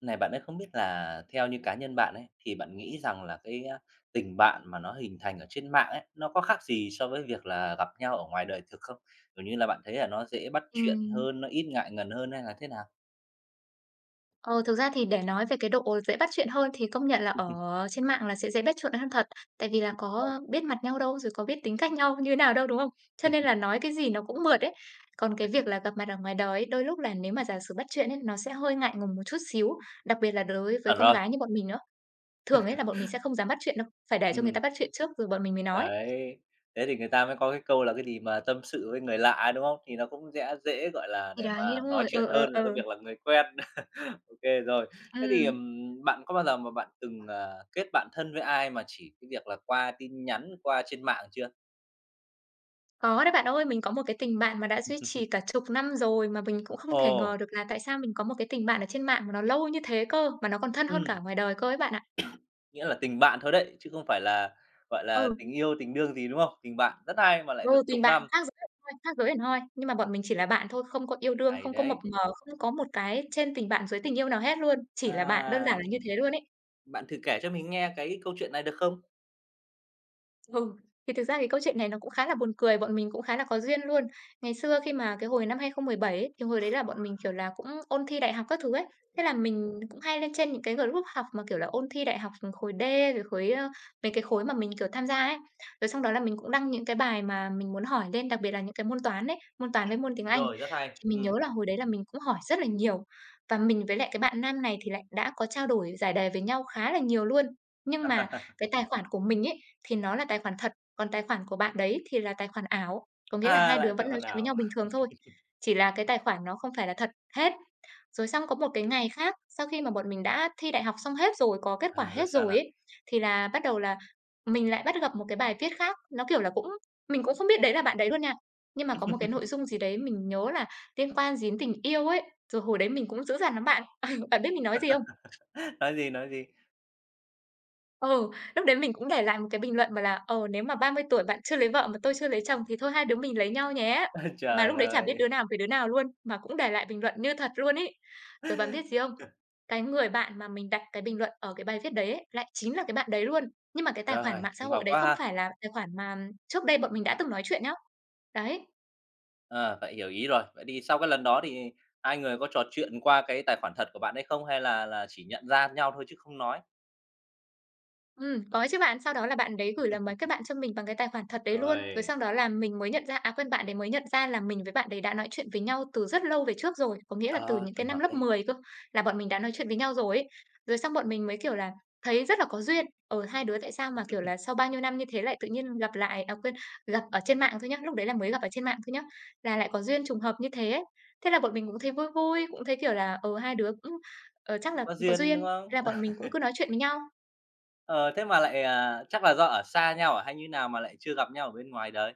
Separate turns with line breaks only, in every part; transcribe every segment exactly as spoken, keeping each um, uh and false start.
Này bạn ấy không biết là theo như cá nhân bạn ấy, thì bạn nghĩ rằng là cái, a, tình bạn mà nó hình thành ở trên mạng ấy, nó có khác gì so với việc là gặp nhau ở ngoài đời thực không? Kiểu như là, bạn thấy là nó dễ bắt chuyện
Ừm.
hơn, nó ít ngại ngần hơn hay là thế nào?
Ờ, thực ra thì để nói về cái độ dễ bắt chuyện hơn thì công nhận là ở trên mạng là sẽ dễ bắt chuyện hơn thật, tại vì là có biết mặt nhau đâu, rồi có biết tính cách nhau như nào đâu, đúng không? Cho nên là nói cái gì nó cũng mượt ấy. Còn cái việc là gặp mặt ở ngoài đời ấy, đôi lúc là nếu mà giả sử bắt chuyện ấy, nó sẽ hơi ngại ngùng một chút xíu, đặc biệt là đối với
Chuẩn
con
rồi,
gái như bọn mình nữa. Thường ấy là bọn mình sẽ không dám bắt chuyện đâu, phải để cho người
ừm.
ta bắt chuyện trước rồi bọn mình mới nói.
Đấy, thế thì người ta mới có cái câu là cái gì mà tâm sự với người lạ, đúng không? Thì nó cũng sẽ dễ, gọi là,
Thì
để
đấy,
mà
đúng
nói
rồi, ừ,
chuyện
ừ,
hơn là cái
ừ,
việc là người quen. OK rồi. Thế thì,
ừm.
ừm, bạn có bao giờ mà bạn từng, ờ, kết bạn thân với ai mà chỉ cái việc là qua tin nhắn, qua trên mạng chưa?
Có đấy bạn ơi, mình có một cái tình bạn mà đã duy trì cả chục năm rồi mà mình cũng không thể
Ồ,
ngờ được là tại sao mình có một cái tình bạn ở trên mạng mà nó lâu như thế cơ, mà nó còn thân hơn cả
ừm,
ngoài đời cơ ấy bạn ạ.
nghĩa là tình bạn thôi đấy, chứ không phải là, gọi là,
Ừ,
tình yêu, tình đương gì, đúng không? Tình bạn rất hay mà lại được
ừ,
chục
tình bạn
năm,
khác giới hẳn hoi, khác giới hẳn hoi, nhưng mà bọn mình chỉ là bạn thôi, không có yêu đương,
hay
không có mập
đấy.
mờ, không có một cái trên tình bạn dưới tình yêu nào hết luôn, chỉ là bạn, đơn giản
À,
là như thế luôn ấy.
bạn thử kể cho mình nghe cái câu chuyện này được không?
Ừ, thì thực ra cái câu chuyện này nó cũng khá là buồn cười, bọn mình cũng khá là có duyên luôn. Ngày xưa khi mà cái hồi năm hai không một bảy ấy, thì hồi đấy là bọn mình, kiểu là, cũng ôn thi đại học các thứ ấy, thế là mình cũng hay lên trên những cái group học mà, kiểu là, ôn thi đại học, khối D rồi khối, ơ mấy cái khối mà mình, kiểu, tham gia ấy. Rồi xong đó là mình cũng đăng những cái bài mà mình muốn hỏi lên, đặc biệt là những cái môn toán ấy, môn toán với môn tiếng Anh.
Rồi, rất hay.
Thì mình nhớ
Ừm,
là hồi đấy là mình cũng hỏi rất là nhiều, và mình với lại cái bạn nam này thì lại đã có trao đổi giải đề với nhau khá là nhiều luôn. Nhưng mà cái tài khoản của mình ấy thì nó là tài khoản thật, còn tài khoản của bạn đấy thì là tài khoản ảo. Có nghĩa là
à,
hai đứa
lại từ
vẫn nói
phần
chuyện với
nào?
nhau bình thường thôi, chỉ là cái tài khoản nó không phải là thật hết. Rồi xong có một cái ngày khác, sau khi mà bọn mình đã thi đại học xong hết rồi, có kết quả
À, rồi
hết
sao
rồi
nào?
ấy, thì là bắt đầu là mình lại bắt gặp một cái bài viết khác, nó, kiểu là, cũng mình cũng không biết đấy là bạn đấy luôn nha. Nhưng mà có một cái nội dung gì đấy mình nhớ là liên quan đến tình yêu ấy, rồi hồi đấy mình cũng dữ dằn lắm bạn. Bạn biết mình nói gì không?
Nói gì, nói gì?
Ừ, lúc đấy mình cũng để lại một cái bình luận bảo là "Ờ, nếu mà ba mươi tuổi bạn chưa lấy vợ mà tôi chưa lấy chồng thì thôi hai đứa mình lấy nhau nhé." Mà lúc
Trời
đấy chả biết
ơi!
đứa nào về đứa nào luôn, mà cũng để lại bình luận như thật luôn ý. Rồi bạn biết gì không? Cái người bạn mà mình đặt cái bình luận ở cái bài viết đấy ấy, lại chính là cái bạn đấy luôn. Nhưng mà cái tài khoản
Rồi,
mạng xã
trùng
hội
hợp
đấy
quá
không
ha!
phải là tài khoản mà trước đây bọn mình đã từng nói chuyện nhá. Đấy.
Ờ, vậy hiểu ý rồi. Vậy thì sau cái lần đó thì hai người có trò chuyện qua cái tài khoản thật của bạn ấy không? Hay là là chỉ nhận ra nhau thôi chứ không nói?
Ừm, có chứ bạn. Sau đó là bạn đấy gửi là mấy kết bạn cho mình bằng cái tài khoản thật đấy luôn. Rồi
Rồi,
sau đó là mình mới nhận ra à, quên, bạn đấy mới nhận ra là mình với bạn đấy đã nói chuyện với nhau từ rất lâu về trước rồi, có nghĩa là từ
ờ,
những cái
trùng
năm
hợp
lớp
đấy,
mười cơ, là bọn mình đã nói chuyện với nhau rồi ấy. Rồi xong bọn mình mới, kiểu là, thấy rất là có duyên. Ở hai đứa tại sao mà, kiểu là, sau bao nhiêu năm như thế lại tự nhiên gặp lại à, quên, gặp ở trên mạng thôi nhá, lúc đấy là mới gặp ở trên mạng thôi nhá, là lại có duyên trùng hợp như thế ấy. Thế là bọn mình cũng thấy vui vui, cũng thấy, kiểu là, ở hai đứa cũng, ờ, chắc là
có
cũng có
duyên,
duyên,
đúng
thế
không?
là bọn mình cũng cứ nói chuyện với nhau.
Ờ, thế mà lại, à, chắc là do ở xa nhau à, hay như nào mà lại chưa gặp nhau ở bên ngoài đời?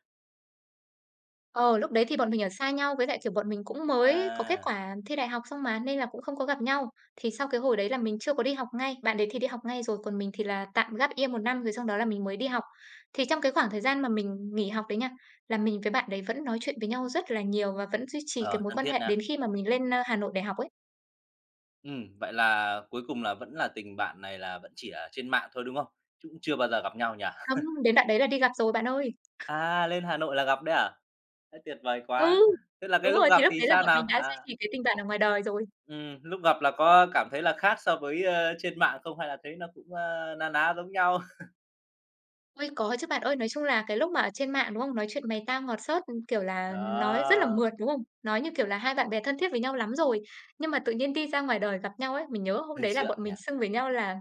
Ờ, lúc đấy thì bọn mình ở xa nhau, với lại, kiểu, bọn mình cũng mới có kết
À,
quả thi đại học xong mà, nên là cũng không có gặp nhau. Thì sau cái hồi đấy là mình chưa có đi học ngay, bạn đấy thì đi học ngay rồi, còn mình thì là tạm gap year một năm rồi sau đó là mình mới đi học. Thì trong cái khoảng thời gian mà mình nghỉ học đấy nha, là mình với bạn đấy vẫn nói chuyện với nhau rất là nhiều và vẫn duy trì cái
ờ,
mối
thân
quan
thiết
hệ đến
na.
khi mà mình lên, ơ, Hà Nội để học ấy.
Ừm, vậy là cuối cùng là vẫn là tình bạn này là vẫn chỉ ở trên mạng thôi, đúng không? Chứ cũng chưa bao giờ gặp nhau nhỉ?
Không, đến đoạn đấy là đi gặp rồi bạn ơi.
À, lên Hà Nội là gặp đấy à? Thế tuyệt vời
Ừ,
quá! Thế là
đúng
cái lúc
rồi, thì
gặp
lúc
thì
đấy là
sao
bọn mình
nào?
đã duy
À,
trì cái tình bạn ở ngoài đời rồi.
ừm, lúc gặp là có cảm thấy là khác so với, ơ, trên mạng không hay là thấy nó cũng, a, na ná giống nhau?
Ôi, có chứ bạn ơi. Nói chung là cái lúc mà ở trên mạng, đúng không? Nói chuyện "mày tao ngọt xớt", kiểu là, nói rất là
Đó,
mượt, đúng không? Nói như kiểu là hai bạn bè thân thiết với nhau lắm rồi. Nhưng mà tự nhiên đi ra ngoài đời gặp nhau ấy, mình nhớ hôm
hơi
đấy là
sượng
bọn
nhỉ?
mình xưng với nhau là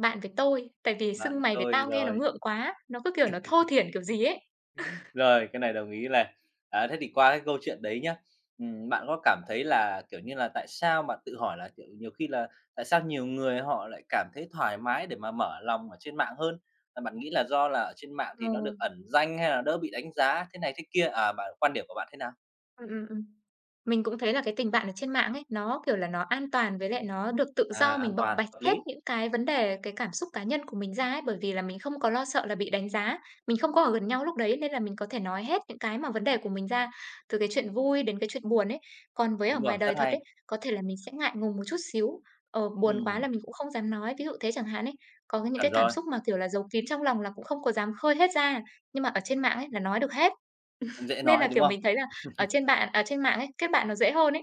"bạn với tôi", tại vì xưng
Bạn
"mày" với
tôi
"tao" nghe nó
rồi.
ngượng quá, nó cứ kiểu nó thô thiển kiểu gì ấy.
Rồi, cái này đồng ý này. À, thế thì qua cái câu chuyện đấy nhá, ừm, bạn có cảm thấy là, kiểu như là, tại sao bạn tự hỏi là, kiểu, nhiều khi là tại sao nhiều người họ lại cảm thấy thoải mái để mà mở lòng ở trên mạng hơn? Là bạn nghĩ là do là ở trên mạng
Ờ.
thì nó được ẩn danh hay là đỡ bị đánh giá thế này thế kia? À, bạn quan điểm của bạn thế nào?
Ừm, ừm, ừm. Mình cũng thấy là cái tình bạn ở trên mạng ấy, nó, kiểu là, nó an toàn với lại nó được tự
À,
do
an
mình bộc
toàn,
bạch
hợp
hết
lý.
những cái vấn đề, cái cảm xúc cá nhân của mình ra ấy, bởi vì là mình không có lo sợ là bị đánh giá, mình không có ở gần nhau lúc đấy nên là mình có thể nói hết những cái mà vấn đề của mình ra, từ cái chuyện vui đến cái chuyện buồn ấy. Còn với ở
Đúng rồi,
ngoài
rất
đời thật ấy,
hay.
có thể là mình sẽ ngại ngùng một chút xíu, ờ, buồn quá
Ừm,
là mình cũng không dám nói, ví dụ thế chẳng hạn ấy. Có những cái
chuẩn
cảm
rồi,
xúc mà, kiểu là, giấu kín trong lòng là cũng không có dám khơi hết ra, nhưng mà ở trên mạng ấy là nói được hết.
cũng dễ
Nên là,
nói, đúng
kiểu,
không?
mình thấy là ở trên bạn ở trên mạng ấy, kết bạn nó dễ hơn ấy.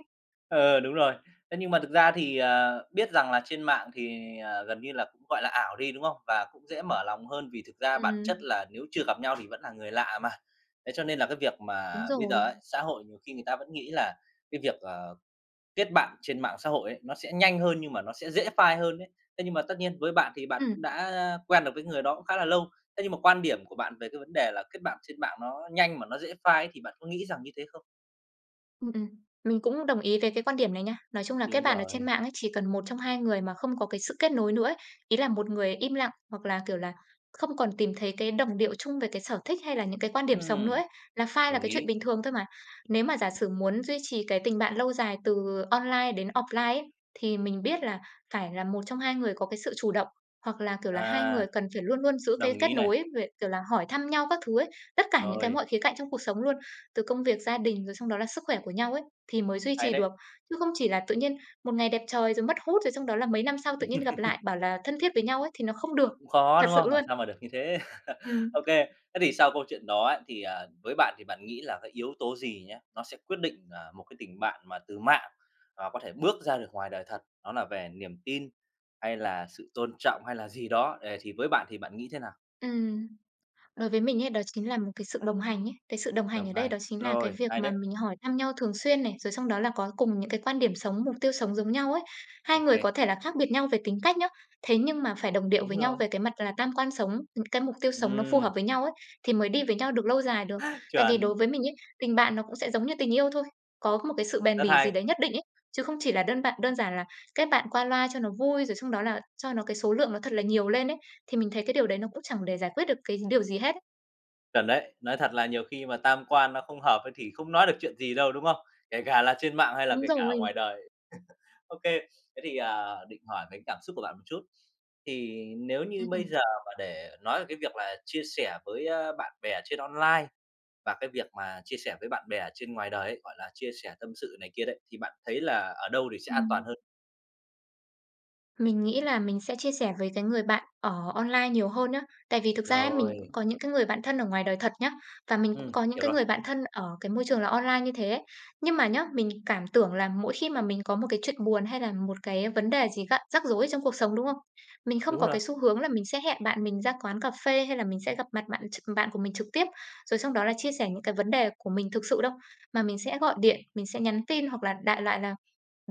Ờ, đúng rồi. Thế nhưng mà thực ra thì, ờ, biết rằng là trên mạng thì, ờ, gần như là cũng, gọi là, ảo đi, đúng không? Và cũng dễ mở lòng hơn vì thực ra bản chất
Ừm,
là nếu chưa gặp nhau thì vẫn là người lạ mà. Thế cho nên là cái việc
đúng
mà bây giờ
rồi.
ấy, xã hội nhiều khi người ta vẫn nghĩ là cái việc, ờ, kết bạn trên mạng xã hội ấy, nó sẽ nhanh hơn nhưng mà nó sẽ dễ phai hơn đấy. Thế nhưng mà tất nhiên với bạn thì bạn
Ừm.
cũng đã quen được với người đó cũng khá là lâu. Thế nhưng mà quan điểm của bạn về cái vấn đề là kết bạn trên mạng nó nhanh mà nó dễ phai ấy, thì bạn có nghĩ rằng như thế không?
Ừm, ừm. Mình cũng đồng ý về cái quan điểm này nha. Nói chung là kết
Đúng
bạn ở trên
rồi.
mạng ấy, chỉ cần một trong hai người mà không có cái sự kết nối nữa ấy, ý là một người im lặng hoặc là, kiểu là, không còn tìm thấy cái đồng điệu chung về cái sở thích hay là những cái quan điểm sống
Ừm,
nữa ấy, là phai là
đồng
cái chuyện
ý.
bình thường thôi mà. Nếu mà giả sử muốn duy trì cái tình bạn lâu dài từ online đến offline ấy, thì mình biết là phải là một trong hai người có cái sự chủ động, hoặc là, kiểu là, hai người
À,
cần phải luôn luôn giữ cái
đồng
kết
ý này.
nối ấy, về, kiểu là, hỏi thăm nhau các thứ ấy, tất cả những cái
Rồi,
mọi khía cạnh trong cuộc sống luôn từ công việc, gia đình, rồi xong đó là sức khỏe của nhau ấy, thì mới duy
hay
trì
đấy,
được. Chứ không chỉ là tự nhiên một ngày đẹp trời rồi mất hút, rồi xong đó là mấy năm sau tự nhiên gặp lại bảo là thân thiết với nhau ấy, thì nó không được,
cũng khó,
thật
đúng
sự
không? Làm
luôn.
sao mà được như thế.
Ừm,
OK, thế thì sau câu chuyện đó ấy, thì, à, với bạn thì bạn nghĩ là cái yếu tố gì nhá, nó sẽ quyết định, à, một cái tình bạn mà từ mạng, à, có thể bước ra được ngoài đời thật? Nó là về niềm tin, hay là sự tôn trọng, hay là gì đó? Ờ, thì với bạn thì bạn nghĩ thế nào?
ừm. Đối với mình ấy, đó chính là một cái sự đồng hành ấy. Cái sự đồng hành ở
Đồng
đây
hành,
đó chính là cái
rồi,
việc
hay
mà
đấy,
mình hỏi thăm nhau thường xuyên này, rồi xong đó là có cùng những cái quan điểm sống, mục tiêu sống giống nhau ấy. Hai người
OK
có thể là khác biệt nhau về tính cách nhá, thế nhưng mà phải đồng điệu với
đúng
nhau
rồi.
về cái mặt là tam quan sống, những cái mục tiêu sống nó phù
Ừm,
hợp với nhau ấy, thì mới đi với nhau được lâu dài được. Tại vì đối
chuẩn,
với mình ấy, tình bạn nó cũng sẽ giống như tình yêu thôi, có một cái sự bền
rất
bỉ gì
hay.
đấy nhất định ấy, chứ không chỉ là đơn bạn đơn giản là kết bạn qua loa cho nó vui, rồi xong đó là cho nó cái số lượng nó thật là nhiều lên ấy, thì mình thấy cái điều đấy nó cũng chẳng để giải quyết được cái điều gì hết ấy.
Chuẩn đấy. Nói thật là nhiều khi mà tam quan nó không hợp ấy thì không nói được chuyện gì đâu, đúng không? Kể cả là trên mạng hay là
Đúng
kể cả ở
rồi.
ngoài đời. OK, thế thì, à, định hỏi về cảm xúc của bạn một chút. Thì nếu như
Ừm,
bây
ừm,
giờ mà để nói về cái việc là chia sẻ với, a, bạn bè trên online và cái việc mà chia sẻ với bạn bè trên ngoài đời ấy, gọi là, chia sẻ tâm sự này kia đấy, thì bạn thấy là ở đâu thì sẽ an
ừm.
toàn hơn?
Mình nghĩ là mình sẽ chia sẻ với cái người bạn ở online nhiều hơn á. Tại vì thực ra ấy, mình cũng
Rồi,
có những cái người bạn thân ở ngoài đời thật nhá, và mình cũng
ừm,
có những
hiểu
cái
rồi,
người bạn thân ở cái môi trường là online như thế ấy. Nhưng mà nhá, mình cảm tưởng là mỗi khi mà mình có một cái chuyện buồn hay là một cái vấn đề gì gắt rắc rối trong cuộc sống, đúng không? Mình không
đúng
có
rồi,
cái xu hướng là mình sẽ hẹn bạn mình ra quán cà phê hay là mình sẽ gặp mặt bạn tr bạn của mình trực tiếp, rồi xong đó là chia sẻ những cái vấn đề của mình thực sự đâu, mà mình sẽ gọi điện, mình sẽ nhắn tin hoặc là đại loại là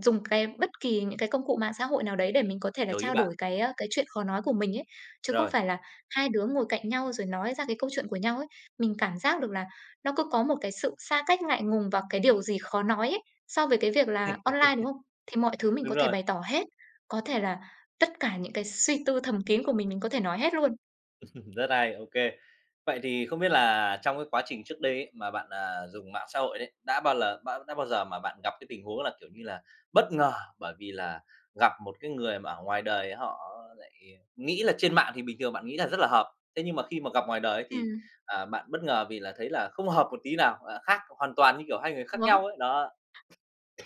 dùng cái bất kỳ những cái công cụ mạng xã hội nào đấy để mình có thể là
hiểu ý
trao
bạn.
đổi cái, a, cái chuyện khó nói của mình ấy, chứ không
Rồi,
phải là hai đứa ngồi cạnh nhau rồi nói ra cái câu chuyện của nhau ấy. Mình cảm giác được là nó cứ có một cái sự xa cách, ngại ngùng và cái điều gì khó nói ấy, so với cái việc là online, đúng không? Thì mọi thứ mình có
đúng
thể
rồi.
bày tỏ hết, có thể là tất cả những cái suy tư thầm kín của mình, mình có thể nói hết luôn.
Rất hay, OK. Vậy thì không biết là trong cái quá trình trước đây ấy, mà bạn, à, dùng mạng xã hội đấy, đã bao lờ đã đã bao giờ mà bạn gặp cái tình huống là, kiểu như là, bất ngờ bởi vì là gặp một cái người mà ở ngoài đời ấy, họ lại nghĩ là trên mạng thì bình thường bạn nghĩ là rất là hợp, thế nhưng mà khi mà gặp ngoài đời ấy thì,
Ừm,
à, bạn bất ngờ vì là thấy là không hợp một tí nào, à, khác hoàn toàn, như kiểu, hai người khác
đó.
nhau ấy, đó.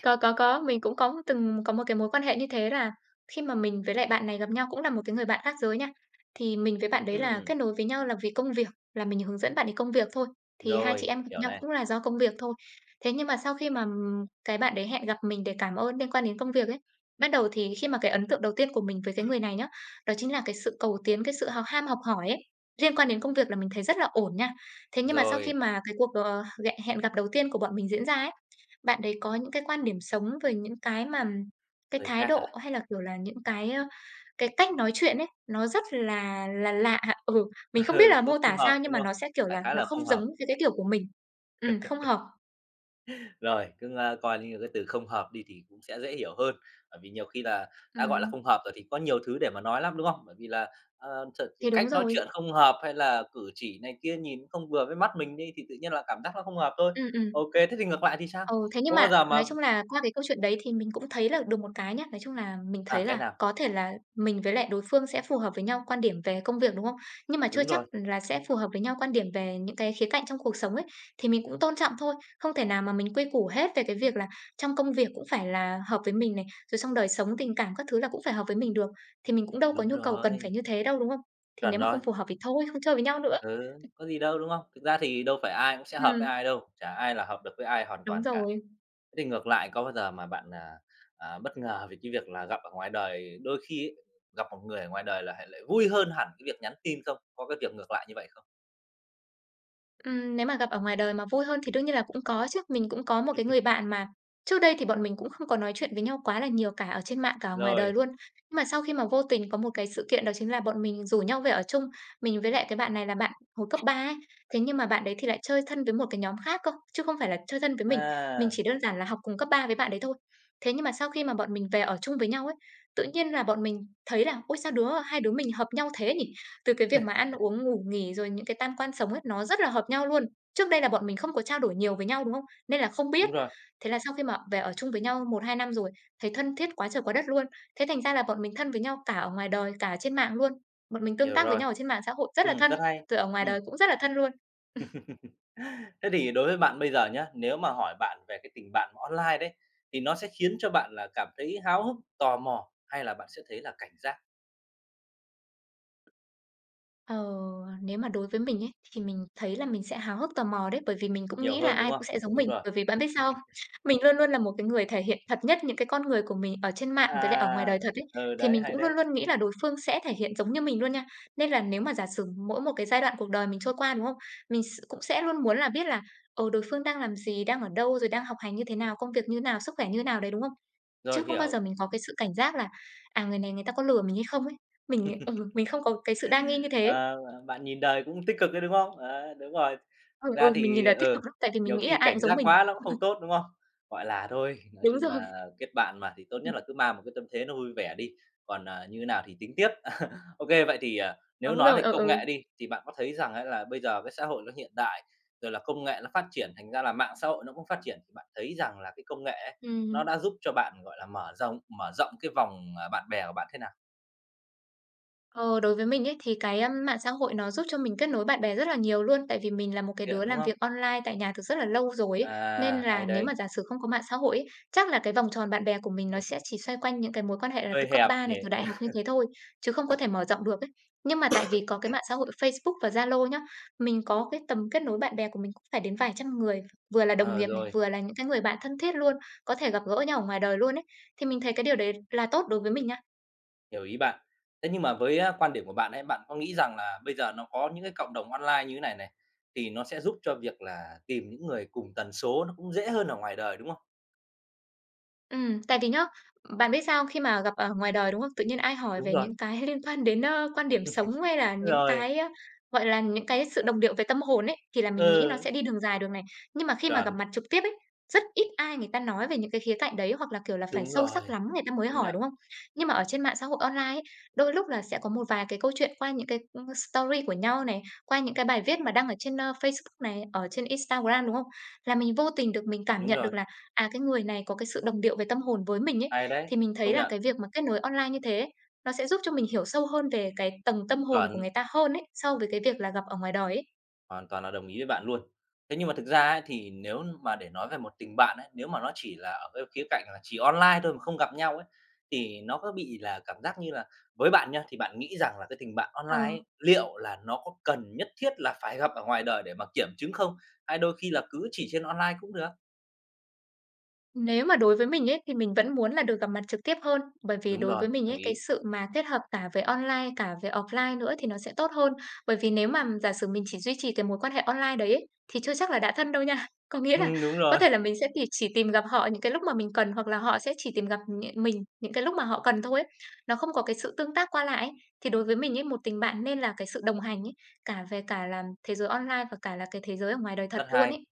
Có, có, có, mình cũng có từng có một cái mối quan hệ như thế là khi mà mình với lại bạn này gặp nhau cũng là một cái người bạn khác giới nha. Thì mình với bạn đấy là
Ừm,
kết nối với nhau là vì công việc, là mình hướng dẫn bạn ấy công việc thôi, thì hai chị
rồi,
em gặp
hiểu
nhau
này,
cũng là do công việc thôi. Thế nhưng mà sau khi mà, ừm, cái bạn đấy hẹn gặp mình để cảm ơn liên quan đến công việc ấy, bắt đầu thì khi mà cái ấn tượng đầu tiên của mình với cái người này nhá, đó chính là cái sự cầu tiến, cái sự hào ham học hỏi ấy, liên quan đến công việc là mình thấy rất là ổn nha. Thế nhưng mà sau khi
rồi,
mà cái cuộc, ờ, hẹn gặp đầu tiên của bọn mình diễn ra ấy, bạn đấy có những cái quan điểm sống về những cái mà cái
hơi
thái
khác à?
độ hay là, kiểu là, những cái, ơ, cái cách nói chuyện ấy, nó rất là là lạ, ừ, mình không biết
Ừ,
là
không
mô tả
không hợp,
sao nhưng
đúng
mà nó
không?
sẽ, kiểu
Đại
là,
khái
nó
là
không
không
giống
hợp.
với cái kiểu của mình. Ừm, không hợp.
Rồi, cứ, a, coi như cái từ không hợp đi thì cũng sẽ dễ hiểu hơn, bởi vì nhiều khi là đã gọi là
Ừm,
không hợp rồi thì có nhiều thứ để mà nói lắm, đúng không? Bởi vì là, ờ, th
thì
cách
đúng
nói
rồi.
chuyện không hợp hay là cử chỉ này kia nhìn không vừa với mắt mình đi thì tự nhiên là cảm giác nó không hợp thôi.
Ừm, ừm.
OK, thế thì ngược lại thì sao?
Ừ, thế nhưng
Có bao
mà
giờ mà
nói chung là qua cái câu chuyện đấy thì mình cũng thấy là được một cái nhá, nói chung là mình
à,
thấy
cái
là
nào
có thể là mình với lại đối phương sẽ phù hợp với nhau quan điểm về công việc, đúng không? Nhưng mà chưa
đúng
chắc
rồi,
là sẽ phù hợp với nhau quan điểm về những cái khía cạnh trong cuộc sống ấy, thì mình cũng tôn trọng thôi, không thể nào mà mình quy củ hết về cái việc là trong công việc cũng phải là hợp với mình này, rồi trong đời sống tình cảm các thứ là cũng phải hợp với mình được, thì mình cũng đâu có
đúng
nhu cầu cần phải
rồi,
như thế đâu, đúng không? Thì
chuẩn
nếu mà
rồi,
không phù hợp thì thôi, không chơi với nhau nữa.
ừ, có gì đâu, đúng không? Thực ra thì đâu phải ai cũng sẽ hợp
Ừm,
với ai đâu, chả ai là hợp được với ai hoàn
đúng
toàn cả.
rồi.
Thế thì ngược lại có bao giờ mà bạn, à, à, bất ngờ về cái việc là gặp ở ngoài đời, đôi khi ấy, gặp một người ở ngoài đời là lại lại vui hơn hẳn cái việc nhắn tin không? Có cái việc ngược lại như vậy không?
Ừm, nếu mà gặp ở ngoài đời mà vui hơn thì đương nhiên là cũng có chứ. Mình cũng có một cái người bạn mà trước đây thì bọn mình cũng không có nói chuyện với nhau quá là nhiều cả ở trên mạng cả ở ngoài
Rồi,
đời luôn. Nhưng mà sau khi mà vô tình có một cái sự kiện đó chính là bọn mình rủ nhau về ở chung. Mình với lại cái bạn này là bạn hồi cấp ba ấy. Thế nhưng mà bạn đấy thì lại chơi thân với một cái nhóm khác cơ, chứ không phải là chơi thân với mình. Mình
à,
chỉ đơn giản là học cùng cấp ba với bạn đấy thôi. Thế nhưng mà sau khi mà bọn mình về ở chung với nhau ấy, tự nhiên là bọn mình thấy là ôi sao đứa hai đứa mình hợp nhau thế nhỉ? Từ cái việc mà ăn uống, ngủ nghỉ rồi những cái tam quan sống ấy, nó rất là hợp nhau luôn. Trước đây là bọn mình không có trao đổi nhiều với nhau, đúng không? Nên là không biết.
đúng rồi,
Thế là sau khi mà về ở chung với nhau một hai năm rồi, thấy thân thiết quá trời quá đất luôn. Thế thành ra là bọn mình thân với nhau cả ở ngoài đời, cả ở trên mạng luôn. Bọn mình tương
hiểu
tác với
rồi.
nhau ở trên mạng xã hội rất là
Ừm,
thân,
rất hay.
rồi ở ngoài
Ừm.
đời cũng rất là thân luôn.
Thế thì đối với bạn bây giờ nhá, nếu mà hỏi bạn về cái tình bạn online đấy, thì nó sẽ khiến cho bạn là cảm thấy háo hức, tò mò hay là bạn sẽ thấy là cảnh giác
Ờ, nếu mà đối với mình ấy, thì mình thấy là mình sẽ háo hức tò mò đấy, bởi vì mình cũng
nhiều
nghĩ là
hơn, đúng
ai cũng
không?
sẽ giống
Đúng
mình.
rồi.
Bởi vì bạn biết sao không? Mình luôn luôn là một cái người thể hiện thật nhất những cái con người của mình ở trên mạng với lại ở ngoài
À,
đời thật ấy,
ừ,
thì
đấy,
mình
hay
cũng luôn
đấy.
luôn nghĩ là đối phương sẽ thể hiện giống như mình luôn nha. Nên là nếu mà giả sử mỗi một cái giai đoạn cuộc đời mình trôi qua, đúng không? Mình s cũng sẽ luôn muốn là biết là, ờ, đối phương đang làm gì, đang ở đâu, rồi đang học hành như thế nào, công việc như nào, sức khỏe như nào đấy, đúng không? Chứ
Rồi,
không bao
hiểu.
giờ mình có cái sự cảnh giác là, à, người này người ta có lừa mình hay không ấy. Mình, ừ, mình không có cái sự đa nghi như thế.
Ờ, bạn nhìn đời cũng tích cực đấy, đúng không? Đấy, đúng rồi.
Ừ,
Thực ra
ừ, mình nhìn
thì,
là tích
ờ,
cực lắm, tại vì mình
nhiều
nghĩ là
khi
ai cũng
cảnh
giống
giác
mình.
quá nó cũng không tốt, đúng không? Gọi là, thôi, nói
Đúng
chung
rồi,
là kết bạn mà thì tốt
ừm,
nhất là cứ mang một cái tâm thế nó vui vẻ đi, còn, à, như nào thì tính tiếp. OK, vậy thì, à, nếu
đúng
nói
rồi,
về
ừ,
công
ừ.
nghệ đi, thì bạn có thấy rằng ấy là bây giờ cái xã hội nó hiện đại, rồi là công nghệ nó phát triển, thành ra là mạng xã hội nó cũng phát triển, thì bạn thấy rằng là cái công nghệ ấy, nó
Ừm.
đã giúp cho bạn, gọi là, mở rộng mở rộng cái vòng, à, bạn bè của bạn thế nào?
Ờ, đối với mình ấy, thì cái, ưm, mạng xã hội nó giúp cho mình kết nối bạn bè rất là nhiều luôn. Tại vì mình là một cái đứa
Hiện, đúng
làm
không?
việc online tại nhà từ rất là lâu rồi ấy, nên
À,
là
hay
nếu mà
đây.
giả sử không có mạng xã hội ấy, chắc là cái vòng tròn bạn bè của mình nó sẽ chỉ xoay quanh những cái mối quan hệ là từ
Hơi
cấp
hẹp
ba này, từ
nhỉ?
đại học như thế thôi, chứ không có thể mở rộng được ấy. Nhưng mà tại vì có cái mạng xã hội Facebook và Zalo nhá, mình có cái tầm kết nối bạn bè của mình cũng phải đến vài trăm người, vừa là đồng
Ờ,
nghiệp này,
rồi,
vừa là những cái người bạn thân thiết luôn, có thể gặp gỡ nhau ở ngoài đời luôn ấy. Thì mình thấy cái điều đấy là tốt đối với mình.
hiểu ý bạn. Thế nhưng mà với, a, quan điểm của bạn ấy, bạn có nghĩ rằng là bây giờ nó có những cái cộng đồng online như thế này này, thì nó sẽ giúp cho việc là tìm những người cùng tần số nó cũng dễ hơn ở ngoài đời, đúng không?
Ừm, tại vì nhá, bạn biết sao không? Khi mà gặp ở ngoài đời, đúng không? Tự nhiên ai hỏi
Đúng
về
rồi,
những cái liên quan đến, ơ, quan điểm sống hay là những
rồi,
cái, ơ, gọi là, những cái sự đồng điệu về tâm hồn ấy, thì là mình nghĩ nó
ừ,
sẽ đi đường dài đường này. Nhưng mà khi mà gặp
chuẩn,
mặt trực tiếp ấy, rất ít ai người ta nói về những cái khía cạnh đấy, hoặc là, kiểu là, phải
đúng
sâu sắc
rồi,
lắm người ta mới
công
hỏi,
nhận,
đúng không? Nhưng mà ở trên mạng xã hội online ấy, đôi lúc là sẽ có một vài cái câu chuyện qua những cái, story của nhau này, qua những cái bài viết mà đăng ở trên, ơ, Facebook này, ở trên Instagram, đúng không? Là mình vô tình được mình cảm
đúng
nhận được
rồi,
là à, cái người này có cái sự đồng điệu về tâm hồn với mình ấy,
hay đấy,
thì mình thấy
công
là
nhận,
cái việc mà kết nối online như thế ấy, nó sẽ giúp cho mình hiểu sâu hơn về cái tầng tâm hồn của
chuẩn.
người ta hơn ấy, so với cái việc là gặp ở ngoài đời ấy.
Hoàn toàn là đồng ý với bạn luôn. Thế nhưng mà thực ra ấy, thì nếu mà để nói về một tình bạn ấy, nếu mà nó chỉ là ở cái khía cạnh là chỉ online thôi mà không gặp nhau ấy, thì nó có bị là cảm giác như là với bạn nha, thì bạn nghĩ rằng là cái tình bạn
Ờ.
online ấy, liệu là nó có cần nhất thiết là phải gặp ở ngoài đời để mà kiểm chứng không? Hay đôi khi là cứ chỉ trên online cũng được?
Nếu mà đối với mình ấy, thì mình vẫn muốn là được gặp mặt trực tiếp hơn, bởi vì
Đúng
đối
rồi,
với mình
đồng
ấy, cái
ý.
sự mà kết hợp cả về online, cả về offline nữa thì nó sẽ tốt hơn. Bởi vì nếu mà giả sử mình chỉ duy trì cái mối quan hệ online đấy ấy, thì chưa chắc là đã thân đâu nha. Có nghĩa là
Ừm, đúng
có
rồi.
thể là mình sẽ tì chỉ tìm gặp họ những cái lúc mà mình cần hoặc là họ sẽ chỉ tìm gặp nh mình những cái lúc mà họ cần thôi ấy. Nó không có cái sự tương tác qua lại ấy. Thì đối với mình ấy, một tình bạn nên là cái sự đồng hành ấy, cả về cả là thế giới online và cả là cái thế giới ở ngoài đời thật
Rất
luôn
hay.
ấy.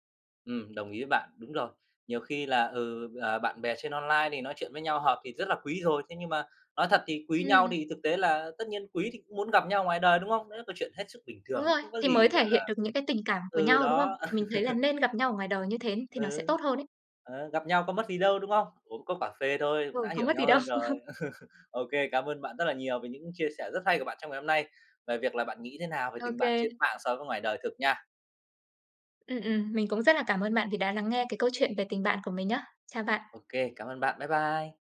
Ừm, đồng ý với bạn, đúng rồi. Nhiều khi là, ừ, ờ, bạn bè trên online thì nói chuyện với nhau hợp thì rất là quý rồi, thế nhưng mà nói thật thì quý nhau
Ừm.
thì thực tế là tất nhiên quý thì cũng muốn gặp nhau ngoài đời, đúng không? Đấy là câu chuyện hết sức bình
Đúng
thường, nó
rồi,
không có
thì mới
gì,
thể
gọi
hiện
là
được những cái tình cảm của
ừ,
nhau, đúng không?
đó,
Thì mình thấy là nên gặp nhau ở ngoài đời như thế thì nó sẽ
ừ,
tốt hơn ấy.
ờ, gặp nhau có mất gì đâu, đúng không? Uống cốc cà phê thôi
Ừ,
cũng đã
không
hiểu
mất gì
nhau
đâu.
hơn rồi. OK, cảm ơn bạn rất là nhiều về những chia sẻ rất hay của bạn trong ngày hôm nay, về việc là bạn nghĩ thế nào về
OK
tình
kê.
bạn trên mạng so với ngoài đời thực nha.
Ừm, mình cũng rất là cảm ơn bạn vì đã lắng nghe cái câu chuyện về tình bạn của mình nhá. Chào bạn.
OK, cảm ơn bạn. Bye bye.